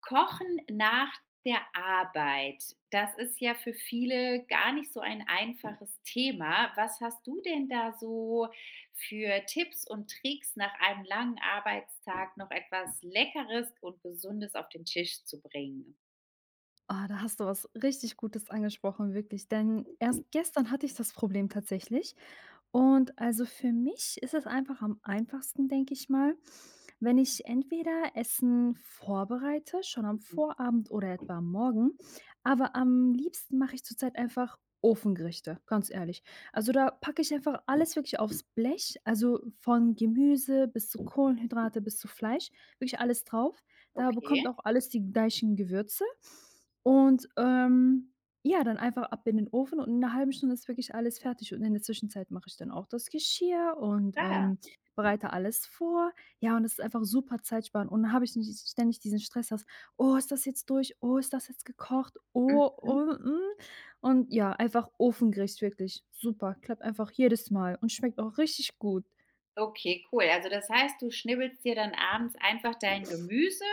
Kochen nach der Arbeit, das ist ja für viele gar nicht so ein einfaches Thema. Was hast du denn da so für Tipps und Tricks, nach einem langen Arbeitstag noch etwas Leckeres und Gesundes auf den Tisch zu bringen? Ah, da hast du was richtig Gutes angesprochen, wirklich. Denn erst gestern hatte ich das Problem tatsächlich. Und also für mich ist es einfach am einfachsten, denke ich mal, wenn ich entweder Essen vorbereite, schon am Mhm. Vorabend oder etwa am Morgen. Aber am liebsten mache ich zurzeit einfach Ofengerichte, ganz ehrlich. Also da packe ich einfach alles wirklich aufs Blech, also von Gemüse bis zu Kohlenhydrate bis zu Fleisch, wirklich alles drauf. Da bekommt Okay, auch alles die gleichen Gewürze und, ja, dann einfach ab in den Ofen und in 'ner halben Stunde ist wirklich alles fertig und in der Zwischenzeit mache ich dann auch das Geschirr und, klar. Bereite alles vor. Ja, und es ist einfach super zeitsparend und dann habe ich nicht ständig diesen Stress, dass: „Oh, ist das jetzt durch? Oh, ist das jetzt gekocht? Oh, Mhm. oh, hm.“ Und ja, einfach Ofengericht, wirklich super. Klappt einfach jedes Mal und schmeckt auch richtig gut. Okay, cool. Also das heißt, du schnibbelst dir dann abends einfach dein Gemüse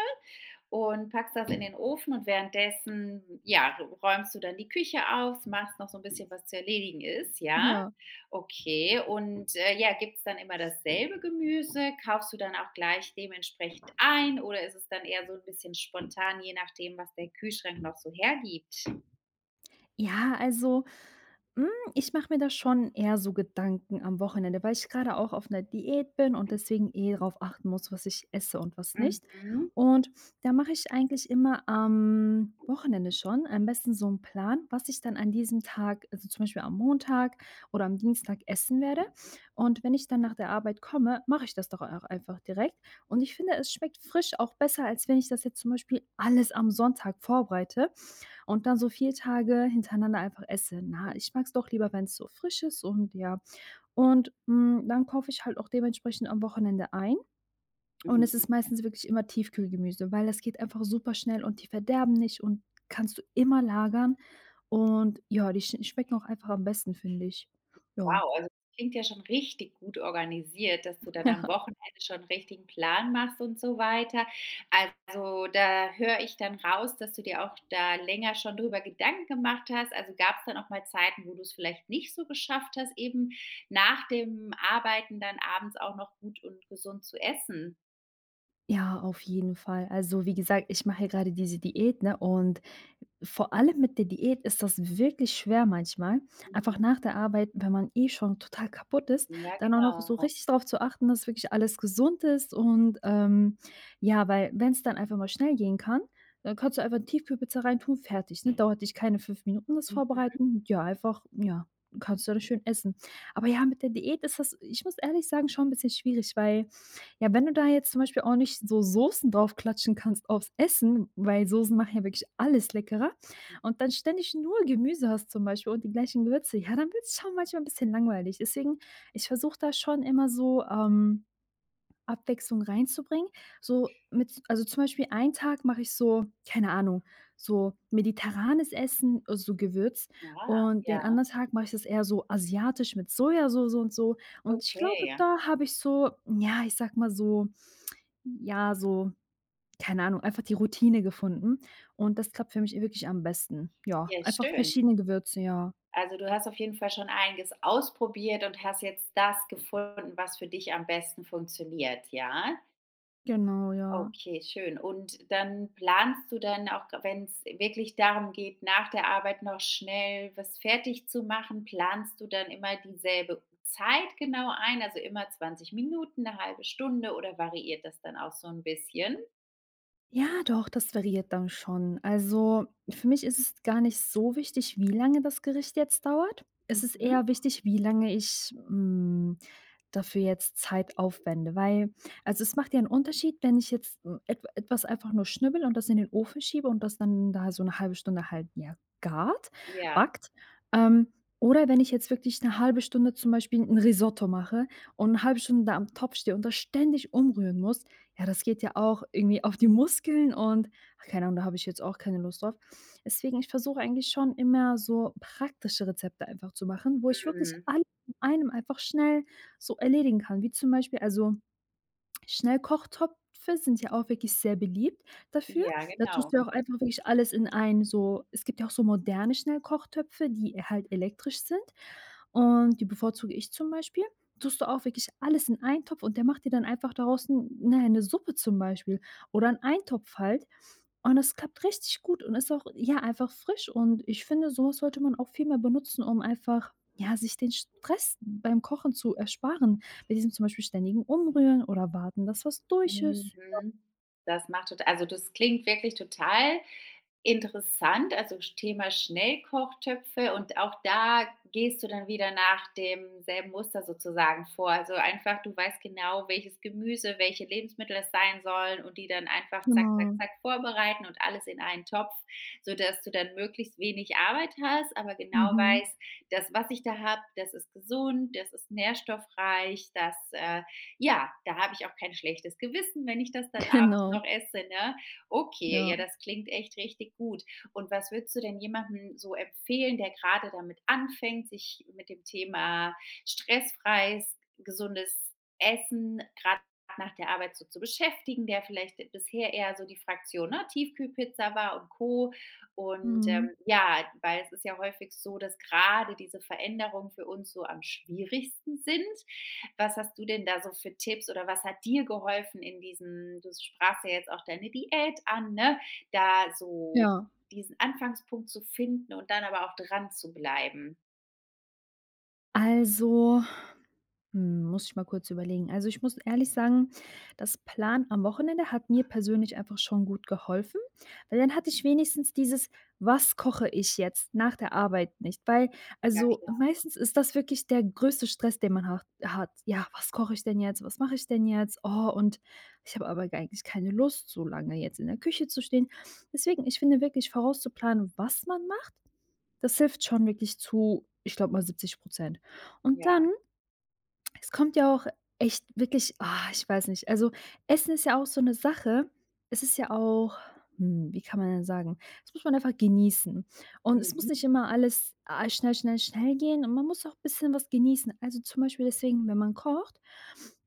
und packst das in den Ofen und währenddessen, ja, räumst du dann die Küche auf, machst noch so ein bisschen, was zu erledigen ist, ja? Ja. Okay, und, ja, gibt's dann immer dasselbe Gemüse? Kaufst du dann auch gleich dementsprechend ein oder ist es dann eher so ein bisschen spontan, je nachdem, was der Kühlschrank noch so hergibt? Ja, also Hm, ich mache mir da schon eher so Gedanken am Wochenende, weil ich gerade auch auf einer Diät bin und deswegen eh darauf achten muss, was ich esse und was nicht. Mhm. Und da mache ich eigentlich immer am Wochenende schon am besten so einen Plan, was ich dann an diesem Tag also, zum Beispiel am Montag oder am Dienstag essen werde. Und wenn ich dann nach der Arbeit komme, mache ich das doch auch einfach direkt. Und ich finde, es schmeckt frisch auch besser, als wenn ich das jetzt zum Beispiel alles am Sonntag vorbereite. Und dann so 4 Tage hintereinander einfach esse. Na, ich mag es doch lieber, wenn es so frisch ist und ja. Und, dann kaufe ich halt auch dementsprechend am Wochenende ein und es Mhm. ist meistens wirklich immer Tiefkühlgemüse, weil das geht einfach super schnell und die verderben nicht und kannst du immer lagern und ja, die schmecken auch einfach am besten, finde ich. Ja. Wow, also das klingt ja schon richtig gut organisiert, dass du dann am Wochenende schon 'n richtigen Plan machst und so weiter. Also, da höre ich dann raus, dass du dir auch da länger schon drüber Gedanken gemacht hast. Also, gab es dann auch mal Zeiten, wo du es vielleicht nicht so geschafft hast, eben nach dem Arbeiten dann abends auch noch gut und gesund zu essen? Ja, ja auf jeden Fall. Also, wie gesagt, ich mache ja gerade diese Diät, ne, und vor allem mit der Diät ist das wirklich schwer manchmal, einfach Mhm. nach der Arbeit, wenn man eh schon total kaputt ist, Ja, dann auch noch so genau. richtig drauf zu achten, dass wirklich alles gesund ist und, ja, weil wenn es dann einfach mal schnell gehen kann, dann kannst du einfach eine Tiefkühlpizza reintun, fertig, ne? Dauert dich keine 5 Minuten das Mhm. Vorbereiten. Ja, einfach ja, kannst du dann schön essen. Aber ja, mit der Diät ist das, ich muss ehrlich sagen, schon ein bisschen schwierig, weil ja, wenn du da jetzt zum Beispiel auch nicht so Soßen draufklatschen kannst aufs Essen, weil Soßen machen ja wirklich alles leckerer und dann ständig nur Gemüse hast zum Beispiel und die gleichen Gewürze, ja, dann wird es schon manchmal ein bisschen langweilig. Deswegen, ich versuche da schon immer so, Abwechslung reinzubringen. So mit, also zum Beispiel einen Tag mache ich so, keine Ahnung, so mediterranes Essen, so Gewürz, Ja, und den ja. anderen Tag mache ich das eher so asiatisch mit Sojasoße und so. Und ich glaube, Okay. da habe ich so, ja, ich sag mal so, ja, so, keine Ahnung, einfach die Routine gefunden und das klappt für mich wirklich am besten. Ja, Ja, einfach schön. verschiedene Gewürze, ja. Also, du hast auf jeden Fall schon einiges ausprobiert und hast jetzt das gefunden, was für dich am besten funktioniert, ja? Genau, ja. Okay, schön. Und dann planst du dann auch, wenn es wirklich darum geht, nach der Arbeit noch schnell was fertig zu machen, planst du dann immer dieselbe Zeit genau ein, also immer 20 Minuten, eine halbe Stunde oder variiert das dann auch so ein bisschen? Ja, doch, das variiert dann schon. Also, für mich ist es gar nicht so wichtig, wie lange das Gericht jetzt dauert. Es ist Mhm. eher wichtig, wie lange ich, dafür jetzt Zeit aufwende, weil also, es macht ja einen Unterschied, wenn ich jetzt, etwas einfach nur schnibbele und das in den Ofen schiebe und das dann da so eine halbe Stunde halt, ja, gart, Ja, backt. Ähm, oder wenn ich jetzt wirklich eine halbe Stunde zum Beispiel ein Risotto mache und eine halbe Stunde da am Topf stehe und das ständig umrühren muss, ja, das geht ja auch irgendwie auf die Muskeln und ach, keine Ahnung, da habe ich jetzt auch keine Lust drauf. Deswegen, ich versuche eigentlich schon immer so praktische Rezepte einfach zu machen, wo ich wirklich mhm. alles in einem einfach schnell so erledigen kann, wie zum Beispiel, also Schnellkochtopfe sind ja auch wirklich sehr beliebt dafür. Ja, Da genau. tust du ja auch Mhm. einfach wirklich alles in einen, so es gibt ja auch so moderne Schnellkochtöpfe, die halt elektrisch sind und die bevorzuge ich zum Beispiel. Tust du auch wirklich alles in einen Topf und der macht dir dann einfach daraus 'n, na ja, 'ne Suppe zum Beispiel oder 'n Eintopf halt. Und das klappt richtig gut und ist auch, ja, einfach frisch und ich finde, so was sollte man auch viel mehr benutzen, um einfach, ja, sich den Stress beim Kochen zu ersparen. Mit diesem zum Beispiel ständigen Umrühren oder warten, dass was durch Mhm. ist. Das klingt wirklich total interessant, also Thema Schnellkochtöpfe und auch da gehst du dann wieder nach demselben Muster sozusagen vor. Also, einfach du weißt genau, welches Gemüse, welche Lebensmittel es sein sollen und die dann einfach zack, zack, Genau. zack vorbereiten und alles in einen Topf, sodass du dann möglichst wenig Arbeit hast, aber genau Mhm. weißt: „Das, was ich da habe, das ist gesund, das ist nährstoffreich, das, ja, da habe ich auch kein schlechtes Gewissen, wenn ich das dann abends Genau, noch esse, ne? Okay, ja. ja, das klingt echt richtig gut. Und was würdest du denn jemandem so empfehlen, der gerade damit anfängt, sich mit dem Thema stressfreies, gesundes Essen gerade nach der Arbeit so zu beschäftigen, der vielleicht bisher eher so die Fraktion, ne, Tiefkühlpizza war und Co. Und, Mhm. ja, weil es ist ja häufig so, dass gerade diese Veränderungen für uns so am schwierigsten sind. Was hast du denn da so für Tipps oder was hat dir geholfen in diesem du sprachst ja jetzt auch deine Diät an, ne? Da so Ja, diesen Anfangspunkt zu finden und dann aber auch dran zu bleiben. also muss ich mal kurz überlegen. Also, ich muss ehrlich sagen, das Plan am Wochenende hat mir persönlich einfach schon gut geholfen, weil dann Mhm. hatte ich wenigstens dieses: „Was koche ich jetzt nach der Arbeit nicht?“ Weil Ja also, klar, meistens ist das wirklich der größte Stress, den man hat. Ja, was koche ich denn jetzt? Was mache ich denn jetzt? Oh, und ich habe aber eigentlich keine Lust, so lange jetzt in der Küche zu stehen. Deswegen, ich finde wirklich vorauszuplanen, was man macht, das hilft schon wirklich zu, ich glaube mal, 70%. Und ja. dann, es kommt ja auch echt wirklich, ah, ich weiß nicht. Also, Essen ist ja auch so eine Sache. Es ist ja auch, wie kann man denn sagen? Das muss man einfach genießen. Und es Mhm. muss nicht immer alles, ah, schnell, schnell, schnell gehen und man muss auch ein bisschen was genießen. Also, zum Beispiel deswegen, wenn man kocht,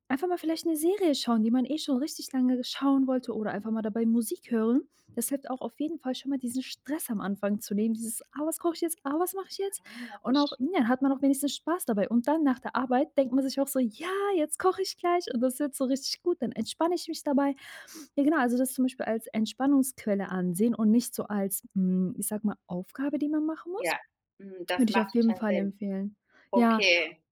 einfach mal vielleicht eine Serie schauen, die man eh schon richtig lange schauen wollte, oder einfach mal dabei Musik hören. Das hilft auch auf jeden Fall schon mal, diesen Stress am Anfang zu nehmen, dieses: „Ah, was koche ich jetzt? Ah, was mache ich jetzt?“ Ah, Und auch, verstehe. ja, hat man auch wenigstens Spaß dabei. Und dann nach der Arbeit denkt man sich auch so: „Ja, jetzt koche ich gleich und das wird so richtig gut, dann entspanne ich mich dabei.“ Ja, genau, also das zum Beispiel als Entspannungsquelle ansehen und nicht so als, ich sag mal, Aufgabe, die man machen muss, Ja. Mhm, das würde ich macht auf jeden total Fall Sinn. empfehlen. Ja, Okay.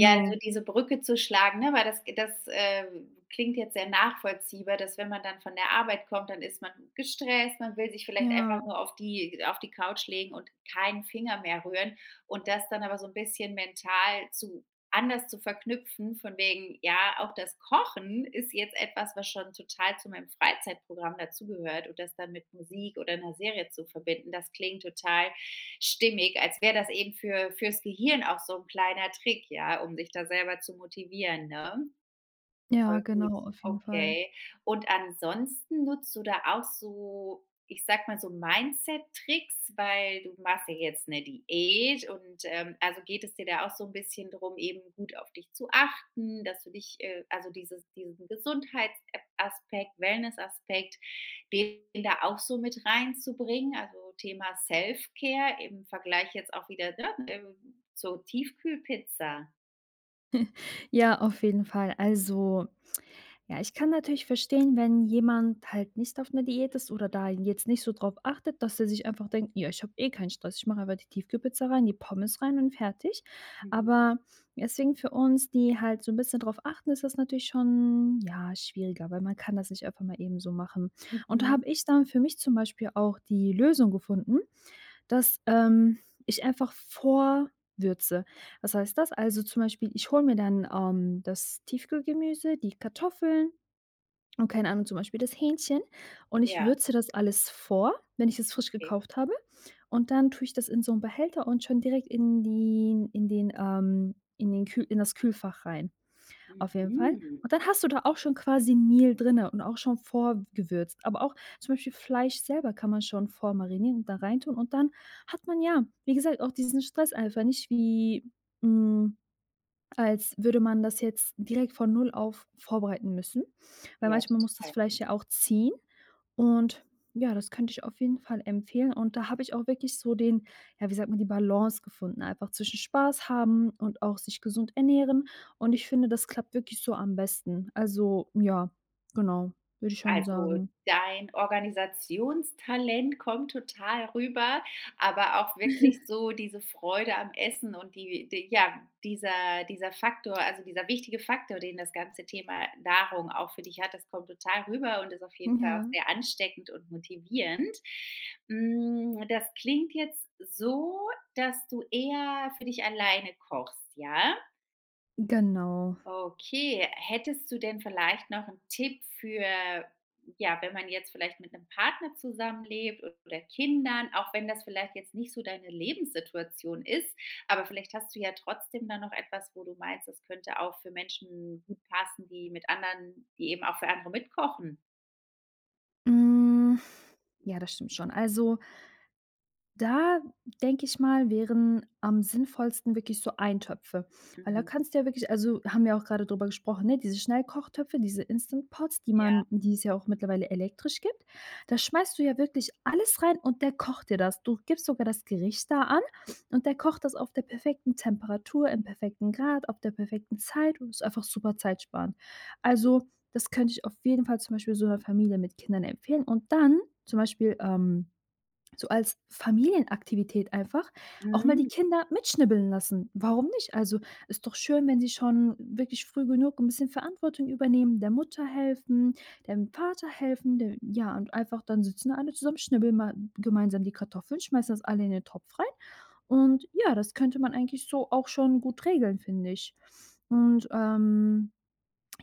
Ja, so diese Brücke zu schlagen, ne, weil das klingt jetzt sehr nachvollziehbar, dass wenn man dann von der Arbeit kommt, dann ist man gestresst, man will sich vielleicht Ja, einfach nur auf die Couch legen und keinen Finger mehr rühren und das dann aber so ein bisschen mental zu anders zu verknüpfen, von wegen, ja, auch das Kochen ist jetzt etwas, was schon total zu meinem Freizeitprogramm dazugehört und das dann mit Musik oder einer Serie zu verbinden, das klingt total stimmig, als wäre das eben fürs Gehirn auch so ein kleiner Trick, ja, um sich da selber zu motivieren, ne? ja, Voll gut. genau, auf jeden Fall. Okay. Und ansonsten nutzt du da auch so, ich sag mal so Mindset-Tricks, weil du machst ja jetzt eine Diät und, also geht es dir da auch so ein bisschen drum, eben gut auf dich zu achten, dass du dich, also dieses diesen Gesundheitsaspekt, Ep Wellness-Aspekt, den da auch so mit reinzubringen, also Thema Self-Care im Vergleich jetzt auch wieder, ne, zur Tiefkühlpizza? Ja, auf jeden Fall. Also, Ja, ich kann natürlich verstehen, wenn jemand halt nicht auf 'ner Diät ist oder da jetzt nicht so drauf achtet, dass er sich einfach denkt: „Ja, ich habe eh keinen Stress. Ich mache einfach die Tiefkühlpizza rein, die Pommes rein und fertig.“ Mhm. Aber deswegen, für uns, die halt so ein bisschen drauf achten, ist das natürlich schon, ja, schwieriger, weil man kann das nicht einfach mal eben so machen. Und da Mhm. habe ich dann für mich zum Beispiel auch die Lösung gefunden, dass, ich einfach vorwürze. Was heißt das? Also, zum Beispiel, ich hole mir dann, das Tiefkühlgemüse, die Kartoffeln, und keine Ahnung, zum Beispiel das Hähnchen, und ich Ja, würze das alles vor, wenn ich es frisch okay. gekauft habe, und dann tue ich das in so 'n Behälter und schon direkt in das Kühlfach rein, auf jeden Fall. Mhm. Und dann hast du da auch schon quasi 'n Meal drinnen und auch schon vorgewürzt. Aber auch zum Beispiel Fleisch selber kann man schon vormarinieren und da reintun, und dann hat man, ja, wie gesagt, auch diesen Stress einfach nicht, wie, hm als würde man das jetzt direkt von null auf vorbereiten müssen, weil Ja, manchmal muss das total. Fleisch ja auch ziehen, und ja, das könnte ich auf jeden Fall empfehlen, und da habe ich auch wirklich so den, ja, wie sagt man, die Balance gefunden, einfach zwischen Spaß haben und auch sich gesund ernähren, und ich finde, das klappt wirklich so am besten. Also, ja, genau, würde ich schon Also, sagen. dein Organisationstalent kommt total rüber, aber auch wirklich so diese Freude am Essen und die ja, dieser Faktor, also dieser wichtige Faktor, den das ganze Thema Nahrung auch für dich hat, das kommt total rüber und ist auf jeden Fall auch Ja, sehr ansteckend und motivierend. Das klingt jetzt so, dass du eher für dich alleine kochst, ja? genau. Okay, hättest du denn vielleicht noch einen Tipp für ja, wenn man jetzt vielleicht mit einem Partner zusammenlebt oder Kindern, auch wenn das vielleicht jetzt nicht so deine Lebenssituation ist, aber vielleicht hast du ja trotzdem da noch etwas, wo du meinst, das könnte auch für Menschen gut passen, die mit anderen die eben auch für andere mitkochen. Hm, ja, das stimmt schon. Also, da denke ich mal, wären am sinnvollsten wirklich so Eintöpfe, weil da Mhm. kannst du ja wirklich, also, haben wir auch gerade drüber gesprochen, ne, diese Schnellkochtöpfe, diese Instant Pots, die Ja. man, die es ja auch mittlerweile elektrisch gibt. Da schmeißt du ja wirklich alles rein und der kocht dir das. Du gibst sogar das Gericht da an und der kocht das auf der perfekten Temperatur, im perfekten Grad, auf der perfekten Zeit, und ist einfach super zeitsparend. Also, das könnte ich auf jeden Fall zum Beispiel so einer Familie mit Kindern empfehlen und dann zum Beispiel, so als Familienaktivität einfach auch mal die Mhm. Kinder mitschnibbeln lassen. Warum nicht? Also, ist doch schön, wenn sie schon wirklich früh genug ein bisschen Verantwortung übernehmen, der Mutter helfen, dem Vater helfen, de ja, und einfach dann sitzen alle zusammen, schnibbeln mal gemeinsam die Kartoffeln, schmeißen das alle in den Topf rein, und ja, das könnte man eigentlich so auch schon gut regeln, finde ich. Und,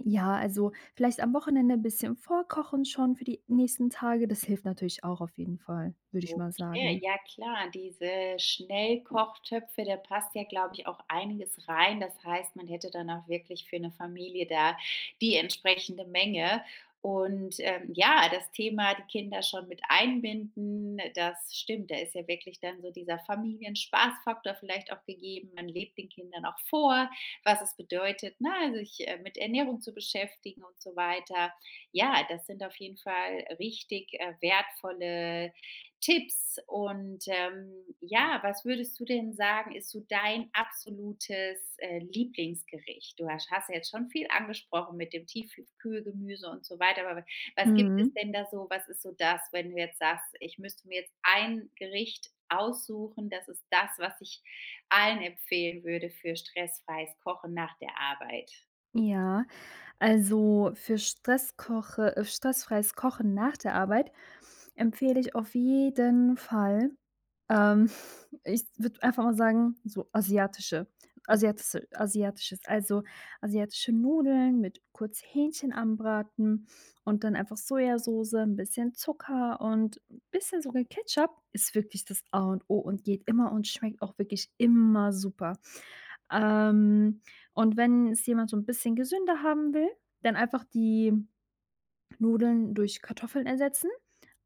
ja, also vielleicht am Wochenende ein bisschen vorkochen schon für die nächsten Tage. Das hilft natürlich auch auf jeden Fall, würde ich mal Okay, sagen. ja klar, diese Schnellkochtöpfe, da passt ja, glaube ich, auch einiges rein. Das heißt, man hätte dann auch wirklich für eine Familie da die entsprechende Menge. Und, ja, das Thema, die Kinder schon mit einbinden, das stimmt. Da ist ja wirklich dann so dieser Familienspaßfaktor vielleicht auch gegeben. Man lebt den Kindern auch vor, was es bedeutet, ne, also sich, mit Ernährung zu beschäftigen und so weiter. Ja, das sind auf jeden Fall richtig, wertvolle Tipps und, ja, was würdest du denn sagen, ist so dein absolutes, Lieblingsgericht? Du hasch hast ja jetzt schon viel angesprochen mit dem Tiefkühlgemüse und so weiter, aber was gibt es Mhm. denn da so was ist so das, wenn du jetzt sagst: „Ich müsste mir jetzt ein Gericht aussuchen, das ist das, was ich allen empfehlen würde für stressfreies Kochen nach der Arbeit?“ Ja, also für Stresskoche stressfreies Kochen nach der Arbeit empfehle ich auf jeden Fall, Ähm, ich würde einfach mal sagen, so Mhm, also asiatische Nudeln mit kurz Hähnchen anbraten und dann einfach Sojasauce, ein bisschen Zucker und ein bisschen sogar Ketchup, ist wirklich das A und O und geht immer und schmeckt auch wirklich immer super. Ähm, und wenn es jemand so ein bisschen gesünder haben will, dann einfach die Nudeln durch Kartoffeln ersetzen,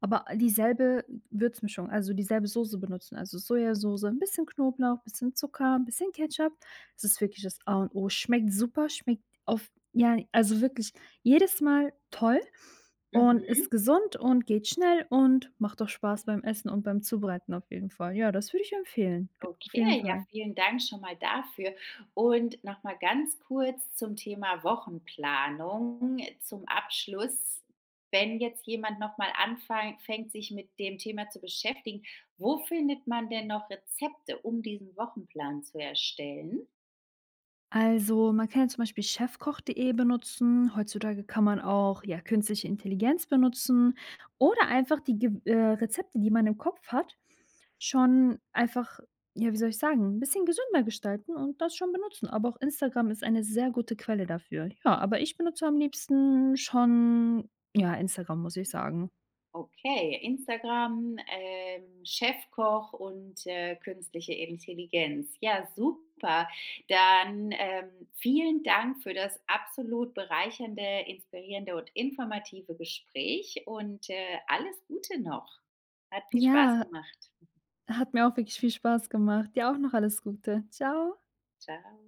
aber dieselbe Würzmischung, also dieselbe Soße benutzen, also Sojasauce, ein bisschen Knoblauch, bisschen Zucker, 'n bisschen Ketchup. Das ist wirklich das A und O. Schmeckt super, schmeckt auf, ja, also wirklich jedes Mal toll und mhm. ist gesund und geht schnell und macht auch Spaß beim Essen und beim Zubereiten, auf jeden Fall. Ja, das würde ich empfehlen, g auf jeden Okay, ja, Fall. vielen Dank schon mal dafür. Und noch mal ganz kurz zum Thema Wochenplanung zum Abschluss. Wenn jetzt jemand noch mal anfang fängt, sich mit dem Thema zu beschäftigen, wo findet man denn noch Rezepte, um diesen Wochenplan zu erstellen? Also, man kann ja zum Beispiel chefkoch.de benutzen. Heutzutage kann man auch, ja, künstliche Intelligenz benutzen oder einfach die Ge Rezepte, die man im Kopf hat, schon einfach, ja, wie soll ich sagen, 'n bisschen gesünder gestalten und das schon benutzen. Aber auch Instagram ist eine sehr gute Quelle dafür. Ja, aber ich benutze am liebsten schon, ja, Instagram, muss ich sagen. Okay, Instagram, Chefkoch und, künstliche Intelligenz. Ja, super. Dann, vielen Dank für das absolut bereichernde, inspirierende und informative Gespräch und, alles Gute noch. Hat viel Spaß Ja, gemacht. hat mir auch wirklich viel Spaß gemacht. Dir auch noch alles Gute. Ciao. Ciao.